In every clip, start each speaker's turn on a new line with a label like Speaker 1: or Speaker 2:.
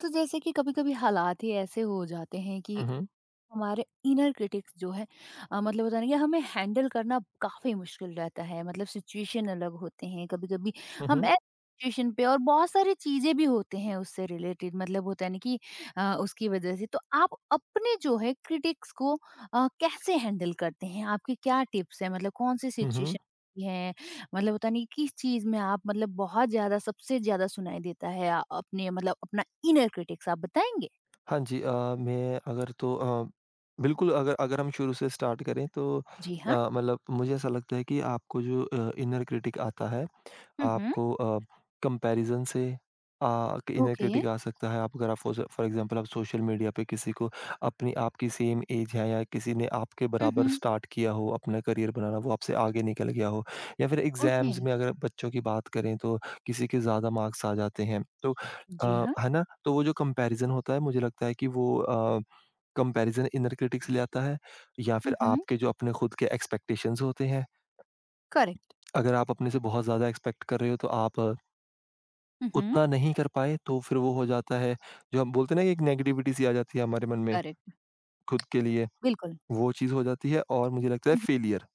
Speaker 1: तो जैसे कि कभी-कभी हालात ही ऐसे हो जाते हैं कि
Speaker 2: हुँ, हुँ।
Speaker 1: हमारे इनर क्रिटिक्स जो है मतलब होता है ना कि हमें हैंडल करना काफी मुश्किल रहता है। मतलब सिचुएशन अलग होते हैं कभी कभी।
Speaker 2: हुँ,
Speaker 1: हम
Speaker 2: हुँ।
Speaker 1: ऐसे सिचुएशन पे और बहुत सारी चीजें भी होते हैं उससे रिलेटेड। मतलब होता है ना कि उसकी वजह से तो आप अपने जो है क्रिटिक्स को कैसे हैंडल करते हैं? आपके क्या टिप्स है? मतलब कौन सी
Speaker 2: हुँ, हुँ।
Speaker 1: सिचुएशन है? मतलब होता नहीं किस चीज में आप मतलब बहुत ज्यादा सबसे ज्यादा सुनाई देता है अपने मतलब अपना इनर क्रिटिक्स आप बताएंगे।
Speaker 2: हाँ जी। मैं अगर तो अ, बिल्कुल, अगर अगर हम शुरू से स्टार्ट करें तो
Speaker 1: जी हाँ।
Speaker 2: मतलब मुझे ऐसा लगता है कि आपको जो इनर क्रिटिक आता है
Speaker 1: हम्म।
Speaker 2: आपको कंपैरिज़न से इनर
Speaker 1: ओके
Speaker 2: क्रिटिक आ सकता है। आप अगर आप फॉर फॉर एग्ज़ाम्पल आप सोशल मीडिया पे किसी को अपनी आपकी सेम एज है या किसी ने आपके बराबर स्टार्ट किया हो अपना करियर बनाना, वो आपसे आगे निकल गया हो या फिर
Speaker 1: ओके,
Speaker 2: एग्ज़ाम्स में अगर बच्चों की बात करें तो किसी के ज़्यादा मार्क्स आ जाते हैं। तो
Speaker 1: जी हाँ।
Speaker 2: है ना? तो वो जो कंपैरिज़न होता है मुझे लगता है कि वो कंपैरिज़न इनर क्रिटिक से ले आता है या
Speaker 1: हुँ,
Speaker 2: फिर
Speaker 1: हुँ।
Speaker 2: आपके जो अपने खुद के एक्सपेक्टेशंस होते हैं।
Speaker 1: करेक्ट।
Speaker 2: अगर आप अपने से बहुत ज़्यादा एक्सपेक्ट कर रहे हो तो आप
Speaker 1: हुँ, हुँ।
Speaker 2: उतना नहीं कर पाए तो फिर वो हो जाता है जो हम बोलते हैं ना कि एक नेगेटिविटी सी आ जाती है हमारे मन में
Speaker 1: करेक्ट,
Speaker 2: खुद के लिए,
Speaker 1: बिल्कुल।
Speaker 2: वो चीज़ हो जाती है और मुझे लगता है
Speaker 1: हुँ, हुँ।
Speaker 2: फेलियर।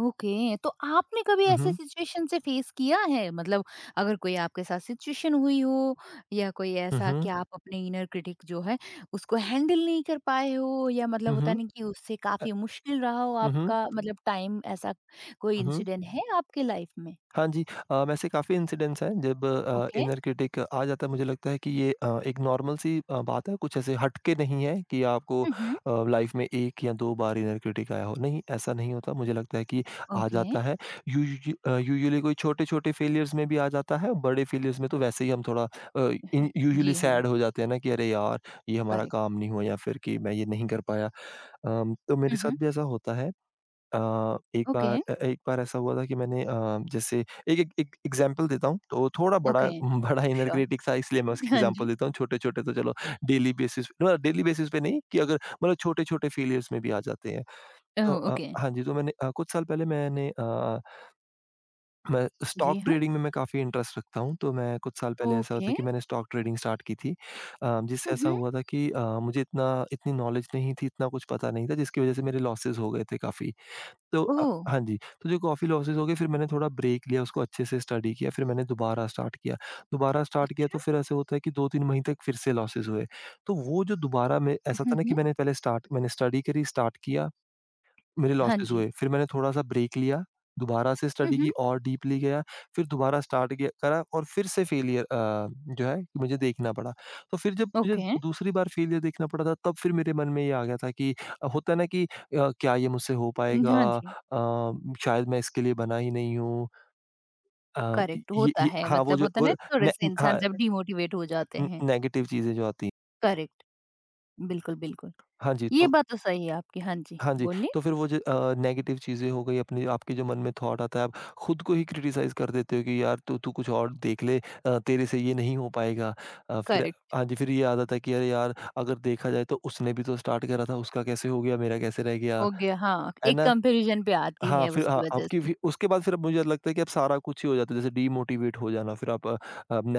Speaker 1: ओके, तो आपने कभी
Speaker 2: हुँ,
Speaker 1: ऐसे
Speaker 2: हुँ।
Speaker 1: सिचुएशन से फेस किया है? मतलब अगर कोई आपके साथ सिचुएशन हुई हो या कोई
Speaker 2: हुँ,
Speaker 1: ऐसा कि
Speaker 2: हुँ।
Speaker 1: आप अपने इनर क्रिटिक जो है उसको हैंडल नहीं कर पाए हो या मतलब
Speaker 2: हुँ,
Speaker 1: होता
Speaker 2: हुँ।
Speaker 1: नहीं कि उससे
Speaker 2: अ,
Speaker 1: काफ़ी मुश्किल रहा हो
Speaker 2: हुँ, हुँ।
Speaker 1: आपका मतलब टाइम ऐसा कोई
Speaker 2: हुँ, हुँ।
Speaker 1: इंसिडेंट है आपके लाइफ में?
Speaker 2: हाँ जी। वैसे काफ़ी इंसिडेंट्स हैं जब
Speaker 1: ओके।
Speaker 2: इनर क्रिटिक आ जाता है। मुझे लगता है कि ये एक नॉर्मल सी बात है, कुछ ऐसे हटके नहीं है कि आपको
Speaker 1: हुँ, हुँ।
Speaker 2: लाइफ़ में 1 या 2 बार इनर क्रिटिक आया हो, नहीं ऐसा नहीं होता। मुझे लगता है कि आ
Speaker 1: ओके,
Speaker 2: जाता है। यूजुअली कोई छोटे-छोटे फेलियर्स में भी आ जाता है, बड़े फेलियर्स में तो वैसे ही हम थोड़ा अ, इन यूजुअली
Speaker 1: जी हाँ,
Speaker 2: सैड हो जाते हैं ना कि अरे यार! ये हमारा
Speaker 1: करेक्ट।
Speaker 2: काम नहीं हुआ या फिर कि मैं ये नहीं कर पाया। तो मेरे
Speaker 1: हुँ, हुँ।
Speaker 2: साथ भी ऐसा होता है। अ,
Speaker 1: ओके,
Speaker 2: एक बार ऐसा हुआ था कि मैंने जैसे एक एक एक एग्ज़ाम्पल देता हूँ, तो थोड़ा बड़ा
Speaker 1: ओके,
Speaker 2: बड़ा इनर
Speaker 1: श्योर।
Speaker 2: क्रिटिक था इसलिए मैं उसकी
Speaker 1: हाँ जी।
Speaker 2: एग्ज़ाम्पल देता हूँ, छोटे-छोटे तो चलो डेली बेसिस पे नहीं कि अगर मतलब छोटे-छोटे फ़ेलियर्स में भी आ जाते हैं।
Speaker 1: अ,
Speaker 2: तो
Speaker 1: ओके,
Speaker 2: हाँ जी, तो मैंने अ, कुछ साल पहले मैंने अ, मैं
Speaker 1: जी
Speaker 2: स्टॉक
Speaker 1: हाँ।
Speaker 2: ट्रेडिंग में मैं काफ़ी इंटरेस्ट रखता हूँ, तो मैं कुछ साल पहले ऐसा हुआ
Speaker 1: ओके।
Speaker 2: था कि मैंने स्टॉक ट्रेडिंग स्टार्ट की थी। जिससे
Speaker 1: हुँ,
Speaker 2: ऐसा
Speaker 1: हुँ।
Speaker 2: हुआ था कि मुझे इतना इतनी नॉलेज नहीं थी, इतना कुछ पता नहीं था जिसकी वज़ह से मेरे लॉसेस हो गए थे काफ़ी।
Speaker 1: ओह!
Speaker 2: हाँ जी, तो जो कॉफ़ी लॉसेस हो गए फिर मैंने थोड़ा ब्रेक लिया, उसको अच्छे से स्टडी किया, फिर मैंने दोबारा स्टार्ट किया। दोबारा स्टार्ट किया
Speaker 1: अच्छा।
Speaker 2: तो फिर ऐसे होता है कि 2-3 महीने तक फिर से लॉसेस हुए। तो वो जो दोबारा मैं ऐसा
Speaker 1: हुँ,
Speaker 2: था ना
Speaker 1: हुँ।
Speaker 2: कि मैंने पहले स्टार्ट मैंने स्टडी करी, स्टार्ट किया, मेरे
Speaker 1: हाँ
Speaker 2: लॉसेस
Speaker 1: जी।
Speaker 2: हुए। फिर मैंने थोड़ा-सा ब्रेक लिया, दोबारा से
Speaker 1: हुँ,
Speaker 2: स्टडी
Speaker 1: हुँ।
Speaker 2: की और डीपली गया, फिर दोबारा स्टार्ट किया करा और फिर से फेलियर जो है मुझे देखना पड़ा। तो फिर जब मुझे
Speaker 1: ओके।
Speaker 2: दूसरी बार फेलियर देखना पड़ा, था तब फिर मेरे मन में ये आ गया था कि होता है ना कि क्या ये मुझसे हो
Speaker 1: हुँ,
Speaker 2: पाएगा?
Speaker 1: हाँ जी।
Speaker 2: शायद मैं इसके लिए बना ही नहीं हूँ। अ,
Speaker 1: करेक्ट होता
Speaker 2: ये
Speaker 1: है
Speaker 2: हाँ, वो
Speaker 1: मतलब
Speaker 2: जो
Speaker 1: होता है
Speaker 2: वो
Speaker 1: ना
Speaker 2: ने
Speaker 1: थोड़े-से इंसान
Speaker 2: हाँ,
Speaker 1: जब डिमोटिवेट हो जाते हैं।
Speaker 2: नेगेटिव चीज़ें जो आती हैं।
Speaker 1: करेक्ट। बिल्कुल, बिल्कुल।
Speaker 2: हाँ जी,
Speaker 1: ये
Speaker 2: तो
Speaker 1: बात तो सही है आपकी। हाँ जी,
Speaker 2: हाँ जी,
Speaker 1: बोलिए।
Speaker 2: तो फिर वो जो नेगेटिव चीज़ें हो गई अपनी आपके जो मन में थॉट आता है, आप खुद को ही क्रिटिसाइज़ कर देते हो कि यार, तू तू कुछ और देख ले, तेरे से ये नहीं हो पाएगा। अ, फिर
Speaker 1: करेक्ट
Speaker 2: हाँ जी, फिर ये आता है कि अरे यार! अगर देखा जाए तो उसने भी तो स्टार्ट करा था, उसका कैसे हो गया, मेरा कैसे रह गया,
Speaker 1: हो गया हाँ,
Speaker 2: है
Speaker 1: एक
Speaker 2: ना?
Speaker 1: कंपैरिज़न पे आती
Speaker 2: हाँ,
Speaker 1: है
Speaker 2: फिर हाँ,
Speaker 1: उसकी वज़ह
Speaker 2: आपकी
Speaker 1: से।
Speaker 2: फि उसके बाद फिर अब मुझे लगता है कि अब सारा कुछ ही हो जाता है, जैसे डीमोटिवेट हो जाना, फिर आप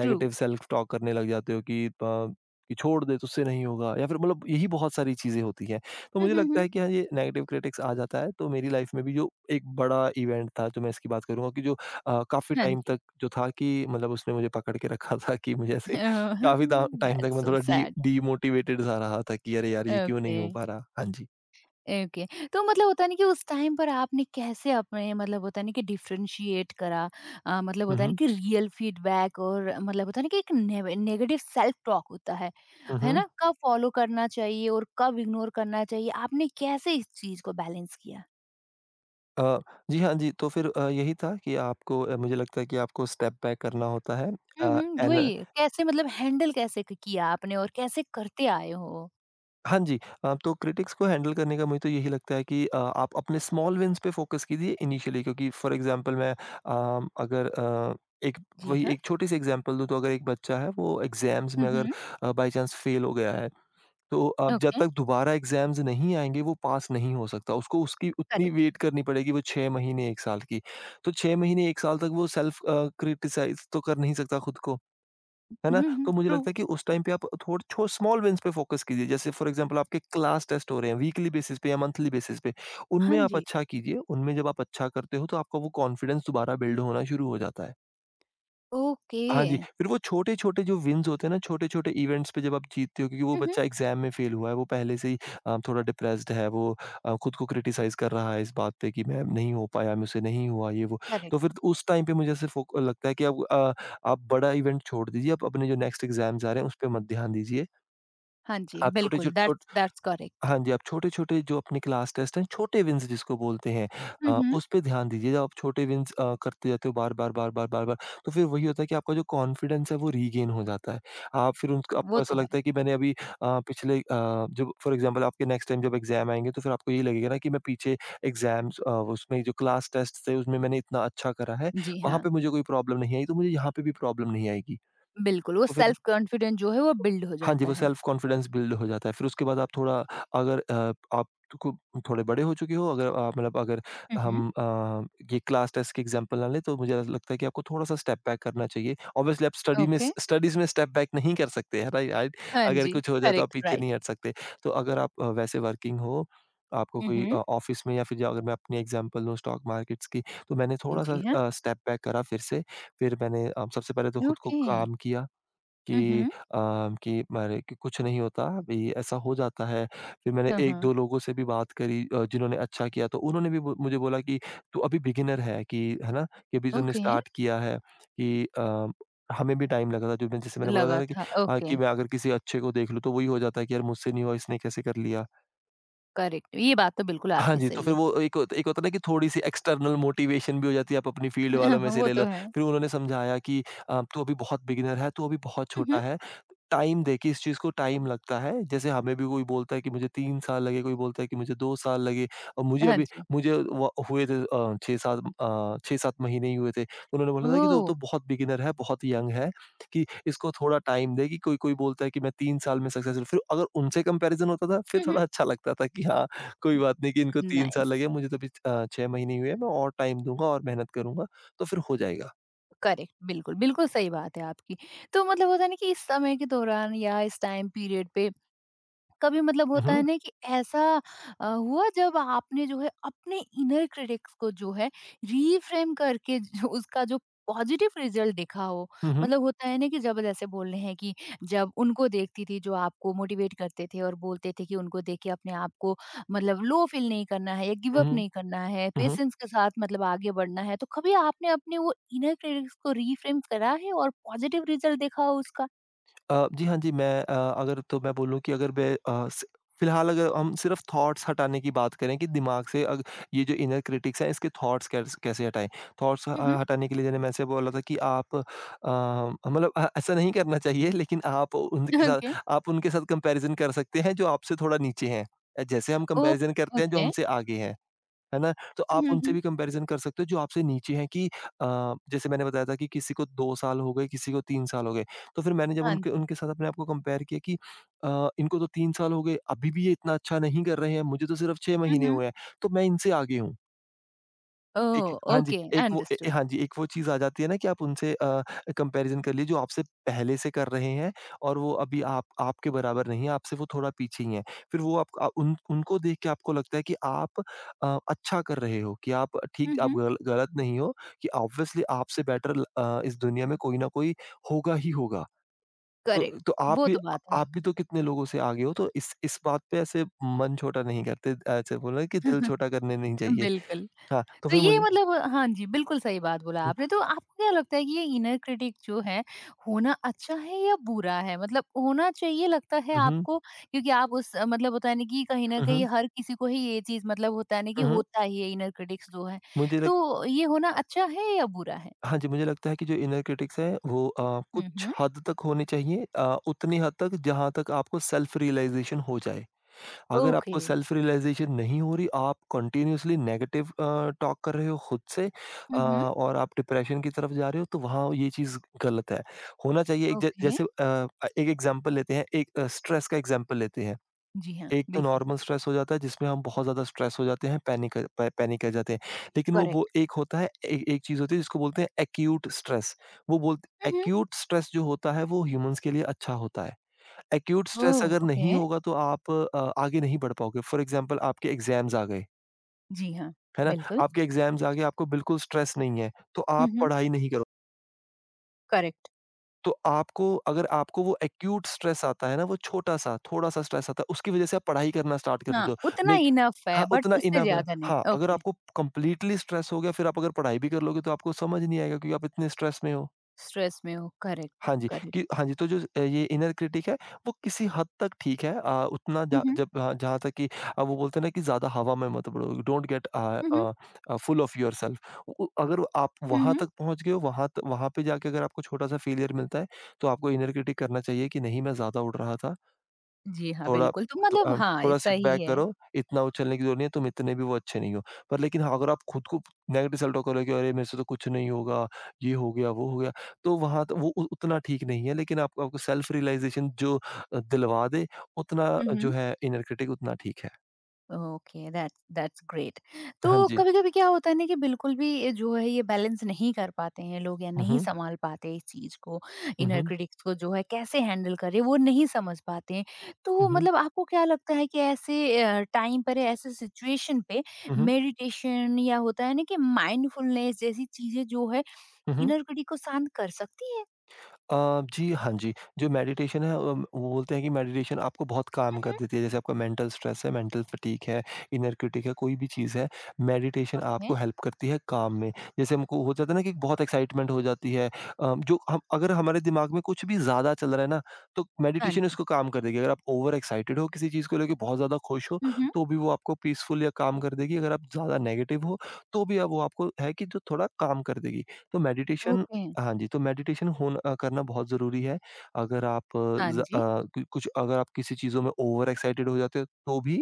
Speaker 1: ट्रू।
Speaker 2: सेल्फ टॉक करने लग जाते हो कि छोड़ दे, तुझसे नहीं होगा या फिर मतलब यही बहुत सारी चीज़ें होती हैं। तो
Speaker 1: हुँ,
Speaker 2: मुझे
Speaker 1: हुँ,
Speaker 2: लगता
Speaker 1: हुँ।
Speaker 2: है कि हाँ, ये नेगेटिव क्रिटिक्स आ जाता है, तो मेरी लाइफ़ में भी जो एक बड़ा इवेंट था, जो मैं इसकी बात करूँगा कि जो काफ़ी
Speaker 1: हाँ
Speaker 2: टाइम
Speaker 1: जी।
Speaker 2: तक जो था कि मतलब उसने मुझे पकड़ के रखा था कि मुझे ऐसे काफ़ी टा टाइम तक
Speaker 1: दैट्स
Speaker 2: मैं
Speaker 1: सो
Speaker 2: थोड़ा डी
Speaker 1: सैड।
Speaker 2: डीमोटिवेटेड सा रहा था कि अरे यार, ये क्यों नहीं
Speaker 1: ओके।
Speaker 2: हो पा रहा? हाँ जी।
Speaker 1: ओके। तो मतलब होता है ना कि उस टाइम पर आपने कैसे अपने मतलब होता है ना कि डिफरेंशिएट करा मतलब
Speaker 2: हुँ,
Speaker 1: होता है ना
Speaker 2: हुँ।
Speaker 1: कि रियल फीडबैक और मतलब होता है ना कि एक नेगेटिव सेल्फ टॉक होता
Speaker 2: हुँ,
Speaker 1: है
Speaker 2: हुँ।
Speaker 1: ना कब फॉलो करना चाहिए और कब इग्नोर करना चाहिए? आपने कैसे इस चीज को बैलेंस किया?
Speaker 2: अ, जी हाँ, जी। तो फिर यही था कि मुझे लगता है कि आपको स्टेप बैक करना होता है। अ,
Speaker 1: हम्म,
Speaker 2: एन
Speaker 1: वही कैसे मतलब हैंडल कैसे किया आपने और कैसे करते आए हो?
Speaker 2: हाँ जी। तो क्रिटिक्स को हैंडल करने का मुझे तो यही लगता है कि आप अपने स्मॉल विन्स पे फ़ोकस कीजिए इनिशियली, क्योंकि फॉर एग्ज़ाम्पल मैं अम, अगर अ, एक
Speaker 1: जी
Speaker 2: वही
Speaker 1: हाँ।
Speaker 2: एक छोटी-सी एग्ज़ाम्पल दूँ तो अगर एक बच्चा है, वो एग्ज़ाम्स में अगर
Speaker 1: हम्म।
Speaker 2: बाय चांस फ़ेल हो गया है तो अब जब
Speaker 1: ओके।
Speaker 2: तक दोबारा एग्ज़ाम्स नहीं आएँगे वो पास नहीं हो सकता। उसको उसकी उतनी
Speaker 1: करेक्ट।
Speaker 2: वेट करनी पड़ेगी वो 6 महीने 1 साल की। तो 6 महीने 1 साल तक वो सेल्फ क्रिटिसाइज़ तो कर नहीं सकता खुद को, है ना? तो मुझे
Speaker 1: ट्रू।
Speaker 2: लगता है कि उस टाइम पे आप थोड़ छो स्मॉल विन्स पे फ़ोकस कीजिए। जैसे फॉर एग्ज़ाम्पल आपके क्लास टेस्ट हो रहे हैं वीकली बेसिस पे या मंथली बेसिस पे,
Speaker 1: हाँ
Speaker 2: उनमें आप
Speaker 1: जी।
Speaker 2: अच्छा कीजिए। उनमें जब आप अच्छा करते हो तो आपका वो कॉन्फिडेंस दोबारा बिल्ड होना शुरू हो जाता है।
Speaker 1: ओके।
Speaker 2: हाँ जी, फिर वो छोटे-छोटे जो विन्स होते हैं ना, छोटे-छोटे इवेंट्स पे जब आप जीतते हो, क्योंकि वो
Speaker 1: हम्म।
Speaker 2: बच्चा एग्ज़ाम में फ़ेल हुआ है, वो पहले से ही थोड़ा डिप्रेस्ड है, वो खुद को क्रिटिसाइज़ कर रहा है इस बात पे कि मैं नहीं हो पाया, मुझसे नहीं हुआ ये वो। तो
Speaker 1: करेक्ट।
Speaker 2: फिर उस टाइम पे मुझे सिर्फ़ वो लगता है कि आप बड़ा इवेंट छोड़ दीजिए, आप अपने जो नेक्स्ट एग्ज़ाम्स आ रहे हैं, उस पे मत ध्यान दीजिए।
Speaker 1: हाँ जी,
Speaker 2: आप
Speaker 1: बिल्कुल
Speaker 2: छोटे-छोटे
Speaker 1: दैट्स दैट्स करेक्ट।
Speaker 2: हाँ जी, आप छोटे-छोटे जो अपने क्लास टेस्ट हैं, छोटे विन्स जिसको बोलते हैं
Speaker 1: हुँ, हुँ।
Speaker 2: उस पे ध्यान दीजिए। जब आप छोटे विन्स करते जाते हो बार-बार, बार-बार, बार-बार, तो फिर वही होता है कि आपका जो कॉन्फिडेंस है वो रीगेन हो जाता है। आप फिर उनका
Speaker 1: वो
Speaker 2: आपको
Speaker 1: तो
Speaker 2: ऐसा
Speaker 1: है।
Speaker 2: लगता है कि मैंने अभी अ, पिछले अ, जब फॉर एग्ज़ाम्पल आपके नेक्स्ट टाइम जब एग्ज़ाम आएँगे तो फिर आपको यही लगेगा ना कि मैं पीछे एग्ज़ाम्स उसमें जो क्लास टेस्ट थे उसमें मैंने इतना अच्छा करा है,
Speaker 1: जी
Speaker 2: वहाँ
Speaker 1: हाँ,
Speaker 2: पे मुझे कोई प्रॉब्लम नहीं आई, तो मुझे यहाँ पे भी प्रॉब्लम नहीं आएगी।
Speaker 1: बिल्कुल वो
Speaker 2: तो फिर
Speaker 1: सेल्फ कॉन्फिडेंस जो है वो बिल्ड हो
Speaker 2: हाँ जी,
Speaker 1: जाता
Speaker 2: वो
Speaker 1: है।
Speaker 2: सेल्फ कॉन्फिडेंस बिल्ड हो जाता है। फिर उसके बाद आप थोड़ा अगर अ, आप को थोड़े बड़े हो चुके हो, अगर आप मतलब अगर
Speaker 1: हुँ, हुँ।
Speaker 2: हम अ, ये क्लास टेस्ट की एग्ज़ाम्पल ना लें, तो मुझे ऐसा लगता है कि आपको थोड़ा-सा स्टेप बैक करना चाहिए। ऑब्वियसली आप
Speaker 1: ओके,
Speaker 2: स्टडीज़ में स्टेप बैक नहीं कर सकते हैं, राइट?
Speaker 1: हाँ
Speaker 2: अगर
Speaker 1: जी,
Speaker 2: कुछ हो जाए तो आप
Speaker 1: करेक्ट
Speaker 2: पीछे
Speaker 1: राइट।
Speaker 2: नहीं हट सकते। तो अगर आप वैसे वर्किंग हो, आपको
Speaker 1: हुँ,
Speaker 2: कोई
Speaker 1: हुँ।
Speaker 2: ऑफ़िस में या फिर जो अगर मैं अपनी एग्ज़ाम्पल लूँ स्टॉक मार्केट्स की, तो मैंने थोड़ा-सा
Speaker 1: जी हाँ,
Speaker 2: स्टेप बैक करा फिर से। फिर मैंने सबसे पहले तो खुद को
Speaker 1: ओके।
Speaker 2: काम किया।
Speaker 1: हुँ,
Speaker 2: कि
Speaker 1: हुँ।
Speaker 2: अ, कि मारे कि कुछ नहीं होता, अभी ऐसा हो जाता है। फिर मैंने
Speaker 1: हाँ, हाँ,
Speaker 2: 1-2 लोगों से भी बात करी जिन्होंने अच्छा किया तो उन्होंने भी बो मुझे बोला कि तू अभी बिगिनर है कि है ना? कि अभी तूने
Speaker 1: ओके
Speaker 2: स्टार्ट किया है कि हमें भी टाइम लगा था। जो मैं जैसे मैंने बोला था
Speaker 1: लगा
Speaker 2: ना कि
Speaker 1: था। ओके,
Speaker 2: कि मैं अगर किसी अच्छे को देख लूँ तो वही हो जाता है कि यार मुझसे नहीं हुआ इसने कैसे कर लिया?
Speaker 1: करेक्ट ये बात तो बिल्कुल
Speaker 2: हाँ
Speaker 1: आपकी
Speaker 2: जी, तो
Speaker 1: सही
Speaker 2: फिर
Speaker 1: है।
Speaker 2: वो एक होता है ना कि थोड़ी-सी एक्सटर्नल मोटिवेशन भी हो जाती है, आप अपनी फील्ड
Speaker 1: हुँ, हाँ,
Speaker 2: वालों में
Speaker 1: हाँ,
Speaker 2: से
Speaker 1: वो
Speaker 2: ले
Speaker 1: तो
Speaker 2: लो।
Speaker 1: है।
Speaker 2: फिर उन्होंने समझाया कि "तू अभी बहुत बिगिनर है, तू अभी बहुत
Speaker 1: हुँ, हुँ।
Speaker 2: छोटा है, टाइम दे कि इस चीज़ को टाइम लगता है।" जैसे हमें भी कोई बोलता है कि मुझे 3 साल लगे, कोई बोलता है कि मुझे 2 साल लगे और मुझे
Speaker 1: हाँ
Speaker 2: अभी
Speaker 1: जी,
Speaker 2: मुझे व हुए थे 6-7 महीने ही हुए थे। तो उन्होंने बोला था कि "तू
Speaker 1: ओह!
Speaker 2: तो बहुत बिगिनर है, बहुत यंग है, कि इसको थोड़ा टाइम दे।" कि कोई कोई बोलता है कि मैं 3 साल में सक्सेसफुल। फिर अगर उनसे कंपैरिज़न होता था, फिर
Speaker 1: हुँ, हुँ।
Speaker 2: थोड़ा अच्छा लगता था कि हाँ, कोई बात नहीं कि इनको 3 साल
Speaker 1: नाइस,
Speaker 2: लगे, मुझे तो अभी 6 महीने ही हुए हैं, मैं और टाइम दूँगा और मेहनत करूँगा, तो फिर हो जाएगा।
Speaker 1: करेक्ट बिल्कुल, बिल्कुल सही बात है आपकी। तो मतलब होता है ना कि इस समय के दौरान या इस टाइम पीरियड पे कभी मतलब
Speaker 2: हुँ,
Speaker 1: होता है
Speaker 2: हुँ।
Speaker 1: ना कि ऐसा हुआ जब आपने जो है अपने इनर क्रिटिक्स को जो है रीफ्रेम करके जो उसका जो पॉजिटिव रिजल्ट देखा हो?
Speaker 2: हुँ, हुँ।
Speaker 1: मतलब होता है ना कि जब जैसे बोल रहे हैं कि जब उनको देखती थी जो आपको मोटिवेट करते थे और बोलते थे कि उनको देख के अपने आप को मतलब लो फील नहीं करना है या गिव
Speaker 2: हुँ,
Speaker 1: अप
Speaker 2: हुँ।
Speaker 1: नहीं करना है
Speaker 2: हुँ, हुँ।
Speaker 1: पेशेंस के साथ मतलब आगे बढ़ना है, तो कभी आपने अपने वो इनर क्रिटिक्स को रीफ्रेम करा है और पॉजिटिव रिजल्ट देखा हो उसका?
Speaker 2: जी हाँ, जी, मैं बोलूँ कि अगर मैं अ, स फिलहाल अगर हम सिर्फ थॉट्स हटाने की बात करें कि दिमाग से अग ये जो इनर क्रिटिक्स है, इसके थॉट्स कैसे हटाएँ? थॉट्स
Speaker 1: मम्हम,
Speaker 2: हटाने के लिए जैसे मैं ऐसे बोला था कि आप अ, मतलब अ, ऐसा नहीं करना चाहिए, लेकिन आप उनके साथ
Speaker 1: ओके।
Speaker 2: आप उनके साथ कंपैरिज़न कर सकते हैं, जो आपसे थोड़ा नीचे हैं। जैसे हम
Speaker 1: ओ
Speaker 2: कंपैरिज़न करते हैं, जो
Speaker 1: ओके।
Speaker 2: हमसे आगे हैं। है ना? तो आप उनसे भी कंपैरिज़न कर सकते हो जो आपसे नीचे हैं कि जैसे मैंने बताया था कि किसी को 2 साल हो गए, किसी को 3 साल हो गए। तो फिर मैंने जब
Speaker 1: हाँ
Speaker 2: उनके
Speaker 1: जी।
Speaker 2: उनके साथ अपने आप को कंपेयर किया कि इनको तो 3 साल हो गए, अभी भी ये इतना अच्छा नहीं कर रहे हैं, मुझे तो सिर्फ़ 6
Speaker 1: हुँ,
Speaker 2: महीने
Speaker 1: हुँ।
Speaker 2: हुए हैं, तो मैं इनसे आगे हूँ। एक
Speaker 1: ओह!
Speaker 2: हाँ जी,
Speaker 1: ओके,
Speaker 2: एक वो ए,
Speaker 1: अंडरस्टूड।
Speaker 2: हाँ जी, एक वो चीज़ आ जाती है ना कि कंपैरिज़न कर लीजिए जो आपसे पहले से कर रहे हैं और वो अभी आप आपके बराबर नहीं है, आपसे वो थोड़ा पीछे ही हैं। फिर वो आप अ, उन उनको देख के आपको लगता है कि अच्छा कर रहे हो, कि आप
Speaker 1: हुँ,
Speaker 2: ठीक आप
Speaker 1: हुँ।
Speaker 2: गल गलत नहीं हो, कि ऑब्वियसली आपसे बेटर ल अ, इस दुनिया में कोई न कोई होगा ही होगा। तो
Speaker 1: करेक्ट,
Speaker 2: तो
Speaker 1: वो तो बात है।
Speaker 2: आप भी तो कितने लोगों से आगे हो तो इस बात पे ऐसे मन छोटा नहीं करते, ऐसे बोला कि दिल छोटा करने नहीं चाहिए।
Speaker 1: बिल्कुल,
Speaker 2: हाँ, तो
Speaker 1: तो
Speaker 2: फिर
Speaker 1: ये
Speaker 2: मुझे
Speaker 1: मतलब हाँ जी, बिल्कुल सही बात बोला
Speaker 2: हुँ,
Speaker 1: आपने। तो आपको क्या लगता है कि ये इनर क्रिटिक जो है, होना अच्छा है या बुरा है? मतलब होना चाहिए लगता है
Speaker 2: हुँ, हुँ।
Speaker 1: आपको? क्योंकि आप उस मतलब होता है ना कि कहीं न
Speaker 2: हुँ,
Speaker 1: कहीं
Speaker 2: हुँ।
Speaker 1: हर किसी को ही ये चीज़ मतलब होता है ना कि
Speaker 2: हुँ, हुँ।
Speaker 1: होता ही है इनर क्रिटिक्स जो है।
Speaker 2: मुझे लग
Speaker 1: तो ये होना अच्छा है या बुरा है?
Speaker 2: हाँ जी, मुझे लगता है कि जो इनर क्रिटिक्स है वो
Speaker 1: हुँ,
Speaker 2: कुछ
Speaker 1: हुँ।
Speaker 2: हद तक होनी चाहिए, उतनी हद तक जहाँ तक आपको सेल्फ रियलाइज़ेशन हो जाए। अगर
Speaker 1: ओके।
Speaker 2: आपको सेल्फ रियलाइज़ेशन नहीं हो रही, आप कंटीन्यूअसली नेगेटिव टॉक कर रहे हो खुद से
Speaker 1: हुँ, हुँ।
Speaker 2: और आप डिप्रेशन की तरफ जा रहे हो, तो वहाँ ये चीज़ गलत है। होना चाहिए
Speaker 1: ओके।
Speaker 2: एक एग्ज़ाम्पल लेते हैं, एक स्ट्रेस का एग्ज़ाम्पल लेते हैं।
Speaker 1: जी हाँ,
Speaker 2: एक तो
Speaker 1: बिल्कुल,
Speaker 2: नॉर्मल स्ट्रेस हो जाता है जिसमें हम बहुत ज़्यादा स्ट्रेस हो जाते हैं, पैनिक कर जाते हैं। लेकिन वो
Speaker 1: करेक्ट।
Speaker 2: एक होता है ए एक चीज़ होती है जिसको बोलते हैं एक्यूट स्ट्रेस। वो बोलते
Speaker 1: हुँ, हुँ।
Speaker 2: एक्यूट स्ट्रेस जो होता है वो ह्यूमन्स के लिए अच्छा होता है। Acute stress
Speaker 1: oh!
Speaker 2: अगर
Speaker 1: ओके।
Speaker 2: नहीं होगा तो आगे नहीं बढ़ पाओगे। फॉर एग्ज़ाम्पल आपके एग्ज़ाम्स आ गए,
Speaker 1: जी हाँ,
Speaker 2: है ना?
Speaker 1: बिल्कुल।
Speaker 2: आपके एग्ज़ाम्स आ गए, आपको बिल्कुल स्ट्रेस नहीं है, तो
Speaker 1: हुँ,
Speaker 2: आप
Speaker 1: हुँ।
Speaker 2: पढ़ाई नहीं करोगे।
Speaker 1: करेक्ट।
Speaker 2: तो आपको अगर आपको वो एक्यूट स्ट्रेस आता है ना, वो छोटा-सा, थोड़ा-सा स्ट्रेस आता है, उसकी वज़ह से आप पढ़ाई करना स्टार्ट कर
Speaker 1: हाँ,
Speaker 2: देते हो।
Speaker 1: उतना
Speaker 2: ले
Speaker 1: इनफ है
Speaker 2: हाँ,
Speaker 1: बट
Speaker 2: उतना
Speaker 1: उससे
Speaker 2: इनफ है।
Speaker 1: ज़्यादा नहीं।
Speaker 2: हाँ, अगर
Speaker 1: ओके,
Speaker 2: आपको कंप्लीटली स्ट्रेस हो गया, फिर आप अगर पढ़ाई भी कर लोगे, तो आपको समझ नहीं आएगा क्योंकि आप इतने स्ट्रेस में हो।
Speaker 1: स्ट्रेस में हो करेक्ट, करेक्ट।
Speaker 2: हाँ जी, तो ये इनर क्रिटिक है, वो किसी हद तक ठीक है, अ, उतना
Speaker 1: हुँ,
Speaker 2: ज
Speaker 1: हुँ।
Speaker 2: जब हाँ, जहाँ तक कि वो बोलते हैं ना कि ज़्यादा हवा में मत उड़ो, don't get
Speaker 1: hmm, hmm.
Speaker 2: A full of yourself. उ उ अगर आप
Speaker 1: हुँ,
Speaker 2: वहाँ
Speaker 1: हुँ।
Speaker 2: तक पहुँच गए हो, वहाँ पे जाके अगर आपको छोटा-सा फेलियर मिलता है, तो आपको इनर क्रिटिक करना चाहिए कि नहीं, मैं ज़्यादा उड़ रहा था।
Speaker 1: जी हाँ,
Speaker 2: थोड़ा
Speaker 1: बिल्कुल तो मतलब हाँ,
Speaker 2: थोड़ा सिट
Speaker 1: सही
Speaker 2: बैक
Speaker 1: है।
Speaker 2: करो, इतना उछलने की ज़रूरत नहीं है, तुम इतने भी वो अच्छे नहीं हो। पर लेकिन हाँ, अगर आप खुद को नेगेटिव सेल्फ टॉक करोगे कि अरे मेरे से तो कुछ नहीं होगा, ये हो गया, वो हो गया, तो वहाँ तो वो उ उतना ठीक नहीं है, लेकिन आपको आपको सेल्फ रियलाइज़ेशन जो दिलवा दे, उतना
Speaker 1: हुँ,
Speaker 2: जो
Speaker 1: हुँ।
Speaker 2: है इनर क्रिटिक उतना ठीक है।
Speaker 1: Okay that's that's great. तो
Speaker 2: हाँ जी।
Speaker 1: कभी-कभी क्या होता है ना कि बिल्कुल भी ये जो है ये बैलेंस नहीं कर पाते हैं लोग या
Speaker 2: हुँ,
Speaker 1: नहीं
Speaker 2: हुँ।
Speaker 1: सँभाल पाते इस चीज़ को,
Speaker 2: हुँ,
Speaker 1: इनर
Speaker 2: हुँ।
Speaker 1: क्रिटिक्स को जो है कैसे हैंडल करें वो नहीं समझ पाते हैं। तो
Speaker 2: हुँ, हुँ।
Speaker 1: मतलब आपको क्या लगता है कि ऐसे टाइम पर ऐसे सिचुएशन पे
Speaker 2: हुँ, हुँ।
Speaker 1: मेडिटेशन या होता है ना कि माइंडफुलनेस जैसी चीज़ें जो है
Speaker 2: हुँ, हुँ।
Speaker 1: इनर क्रिटिक को शांत कर सकती है?
Speaker 2: अ, जी, हाँ जी। जो मेडिटेशन है वो बोलते हैं कि मेडिटेशन आपको बहुत
Speaker 1: हुँ,
Speaker 2: काम कर
Speaker 1: हुँ।
Speaker 2: देती है। जैसे आपका मेंटल स्ट्रेस है, मेंटल फटीग है, इनर क्रिटिक है, कोई भी चीज़ है, मेडिटेशन
Speaker 1: ओके,
Speaker 2: आपको हेल्प करती है काम में। जैसे हमको हो जाता है ना कि बहुत एक्साइटमेंट हो जाती है, अ, जो हम अगर हमारे दिमाग में कुछ भी ज़्यादा चल रहा है ना, तो
Speaker 1: हाँ
Speaker 2: मेडिटेशन
Speaker 1: जी।
Speaker 2: उसको काम कर देगी। अगर आप ओवर एक्साइटेड हो किसी चीज़ को लेके, बहुत ज़्यादा खुश हो,
Speaker 1: हुँ, हुँ,
Speaker 2: तो भी वो आपको पीसफुल या काम कर देगी। अगर आप ज़्यादा नेगेटिव हो, तो भी अब वो आपको है कि जो थोड़ा काम कर देगी। तो मेडिटेशन
Speaker 1: ओके,
Speaker 2: हाँ जी, तो मेडिटेशन होना करना बहुत ज़रूरी है। अगर आप
Speaker 1: हाँ
Speaker 2: ज़ अ,
Speaker 1: जी,
Speaker 2: कु कुछ अगर आप किसी चीज़ों में ओवर एक्साइटेड हो जाते हो तो भी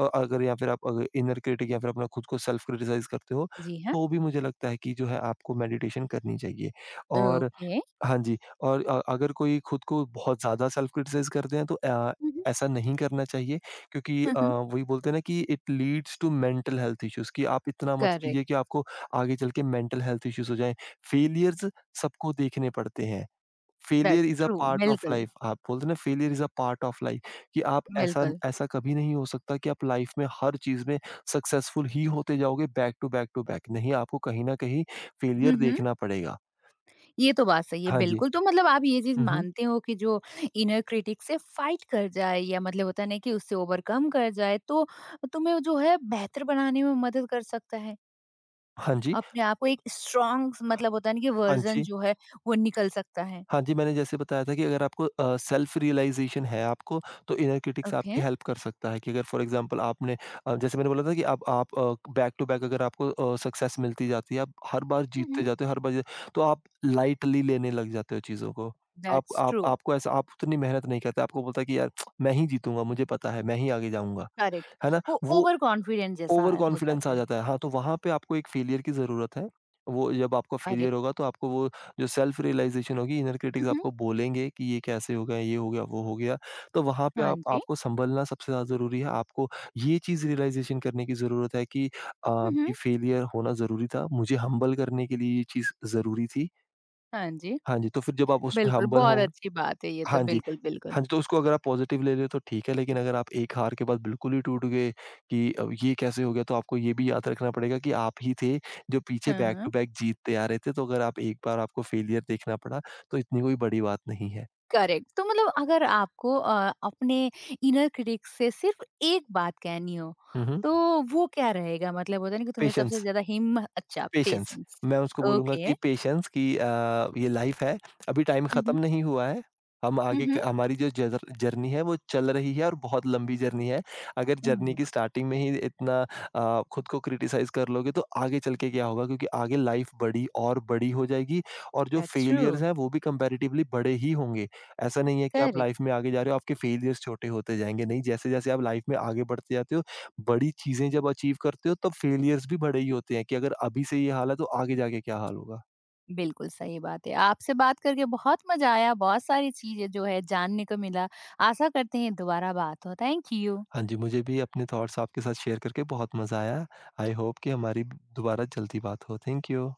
Speaker 2: अ, अगर या फिर आप अगर इनर क्रिटिक या फिर अपना खुद को सेल्फ क्रिटिसाइज़ करते हो,
Speaker 1: जी हाँ,
Speaker 2: तो भी मुझे लगता है कि जो है आपको मेडिटेशन करनी चाहिए। और
Speaker 1: ओके।
Speaker 2: हाँ जी, और अगर कोई खुद को बहुत ज़्यादा सेल्फ क्रिटिसाइज़ करते हैं, तो
Speaker 1: हुँ, हुँ,
Speaker 2: ऐसा नहीं करना चाहिए क्योंकि
Speaker 1: हुँ, हुँ,
Speaker 2: वही बोलते हैं ना कि it leads to mental health issues कि आप इतना मत
Speaker 1: करेक्ट।
Speaker 2: कीजिए कि आपको आगे चल के मेंटल हेल्थ इश्यूज़ हो जाएँ। फेलियर्स सबको देखने पड़ते हैं। Failure
Speaker 1: that's
Speaker 2: is a
Speaker 1: true,
Speaker 2: part of
Speaker 1: बिल्कुल,
Speaker 2: लाइफ़। आप बोलते हैं ना, failure is a part of life कि आप ऐसा
Speaker 1: बिल्कुल।
Speaker 2: ऐसा कभी नहीं हो सकता कि आप लाइफ़ में हर चीज़ में सक्सेसफुल ही होते जाओगे back to back to back. नहीं, आपको कहीं न कहीं
Speaker 1: हुँ,
Speaker 2: फेलियर
Speaker 1: हुँ,
Speaker 2: देखना पड़ेगा।
Speaker 1: ये तो बात सही है,
Speaker 2: हाँ जी।
Speaker 1: बिल्कुल। तो मतलब आप ये चीज़
Speaker 2: हुँ, हुँ।
Speaker 1: मानते हो कि जो इनर क्रिटिक से फाइट कर जाए या मतलब होता है ना कि उससे ओवरकम कर जाए, तो तुम्हें जो है बेहतर बनाने में मदद कर सकता है?
Speaker 2: हाँ जी।
Speaker 1: अपने आप को एक स्ट्रॉन्ग मतलब होता है ना कि
Speaker 2: हाँ
Speaker 1: वर्ज़न
Speaker 2: जी।
Speaker 1: जो है, वो निकल सकता है।
Speaker 2: हाँ जी, मैंने जैसे बताया था कि अगर आपको सेल्फ रियलाइज़ेशन है आपको, तो इनर क्रिटिक्स
Speaker 1: ओके।
Speaker 2: आपकी हेल्प कर सकता है कि अगर फॉर एग्ज़ाम्पल जैसे मैंने बोला था कि बैक टू बैक अगर आपको सक्सेस मिलती जाती है, आप हर बार
Speaker 1: हुँ,
Speaker 2: जीतते
Speaker 1: हुँ।
Speaker 2: जाते हो, हर बार जी तो आप लाइटली लेने लग जाते हो चीज़ों को।
Speaker 1: दैट्स
Speaker 2: आप
Speaker 1: ट्रू,
Speaker 2: आपको ऐसा आप उतनी मेहनत नहीं करते, आपको बोलता है कि यार मैं ही जीतूँगा, मुझे पता है, मैं ही आगे जाऊँगा,
Speaker 1: करेक्ट।
Speaker 2: है ना?
Speaker 1: वो
Speaker 2: वो
Speaker 1: ओवर कॉन्फिडेंट जैसा
Speaker 2: ओवर
Speaker 1: हो
Speaker 2: कॉन्फिडेंस
Speaker 1: जाता
Speaker 2: आ
Speaker 1: है।
Speaker 2: जाता है। हाँ, तो वहाँ पे आपको एक फेलियर की ज़रूरत है। वो जब आपका फेलियर
Speaker 1: करेक्ट।
Speaker 2: होगा तो आपको वो जो सेल्फ रियलाइज़ेशन होगी, इनर
Speaker 1: हुँ,
Speaker 2: क्रिटिक्स
Speaker 1: हुँ।
Speaker 2: आपको बोलेंगे कि ये कैसे हो गया, ये हो गया, वो हो गया। तो वहाँ पे
Speaker 1: हाँ
Speaker 2: आप
Speaker 1: जी।
Speaker 2: आपको सँभलना सबसे ज़्यादा ज़रूरी है। आपको ये चीज़ रियलाइज़ेशन करने की ज़रूरत है कि
Speaker 1: हुँ, हुँ।
Speaker 2: ये फेलियर होना ज़रूरी था। मुझे हम्बल करने के लिए ये चीज़ ज़रूरी थी।
Speaker 1: हाँ जी,
Speaker 2: हाँ जी, तो फिर जब आप उसमें
Speaker 1: बिल्कुल,
Speaker 2: हम्बल
Speaker 1: बहुत
Speaker 2: होंगे,
Speaker 1: अच्छी बात है ये तो,
Speaker 2: हाँ जी।
Speaker 1: बिल्कुल, बिल्कुल।
Speaker 2: हाँ जी, तो उसको अगर आप पॉज़िटिव ले रहे हो तो ठीक है, लेकिन अगर आप एक हार के बाद बिल्कुल ही टूट गए कि अब ये कैसे हो गया, तो आपको ये भी याद रखना पड़ेगा कि आप ही थे जो पीछे
Speaker 1: हाँ,
Speaker 2: बैक
Speaker 1: हाँ।
Speaker 2: टू बैक जीतते आ रहे थे। तो अगर आप एक बार आपको फेलियर देखना पड़ा, तो इतनी कोई बड़ी बात नहीं है।
Speaker 1: करेक्ट तो मतलब अगर आपको अपने इनर क्रिटिक से सिर्फ एक बात कहनी हो
Speaker 2: हुँ, हुँ।
Speaker 1: तो वो क्या रहेगा? मतलब होता है ना कि तुम्हें सबसे
Speaker 2: पेशेंस।
Speaker 1: ज्यादा हिम्मत अच्छा
Speaker 2: पेशेंस,
Speaker 1: पेशेंस।
Speaker 2: मैं उसको बोलूँगा
Speaker 1: ओके।
Speaker 2: कि पेशेंस कि ये लाइफ है, अभी टाइम
Speaker 1: हम्म।
Speaker 2: खत्म नहीं हुआ है। हम आगे क हमारी जो जर जर्नी है वो चल रही है और बहुत लंबी जर्नी है। अगर जर्नी की
Speaker 1: हम्म।
Speaker 2: स्टार्टिंग में ही इतना खुद को क्रिटिसाइज़ कर लोगे तो आगे चल के क्या होगा, क्योंकि आगे लाइफ बड़ी और बड़ी हो जाएगी और जो
Speaker 1: दैट्स ट्रू।
Speaker 2: फेलियर्स हैं वो भी कंपैरेटिवली बड़े ही होंगे। ऐसा नहीं है कि आप
Speaker 1: करेक्ट
Speaker 2: लाइफ में आगे जा रहे हो, आपके फेलियर्स छोटे होते जाएँगे, नहीं जैसे-जैसे आप लाइफ में आगे बढ़ते जाते हो बड़ी चीज़ें जब अचीव करते हो तब फेलियर्स भी बड़े ही होते हैं कि अगर अभी से ये हाल है तो आगे जाके क्या हाल होगा।
Speaker 1: बिल्कुल सही बात है। आपसे बात करके बहुत मजा आया, बहुत सारी चीजें जो है जानने को मिला। आशा करते हैं दोबारा बात हो। Thank you.
Speaker 2: हाँ जी, मुझे भी अपने थॉट्स आपके साथ शेयर करके बहुत मज़ा आया। आई होप कि हमारी दोबारा जल्दी बात हो। Thank you.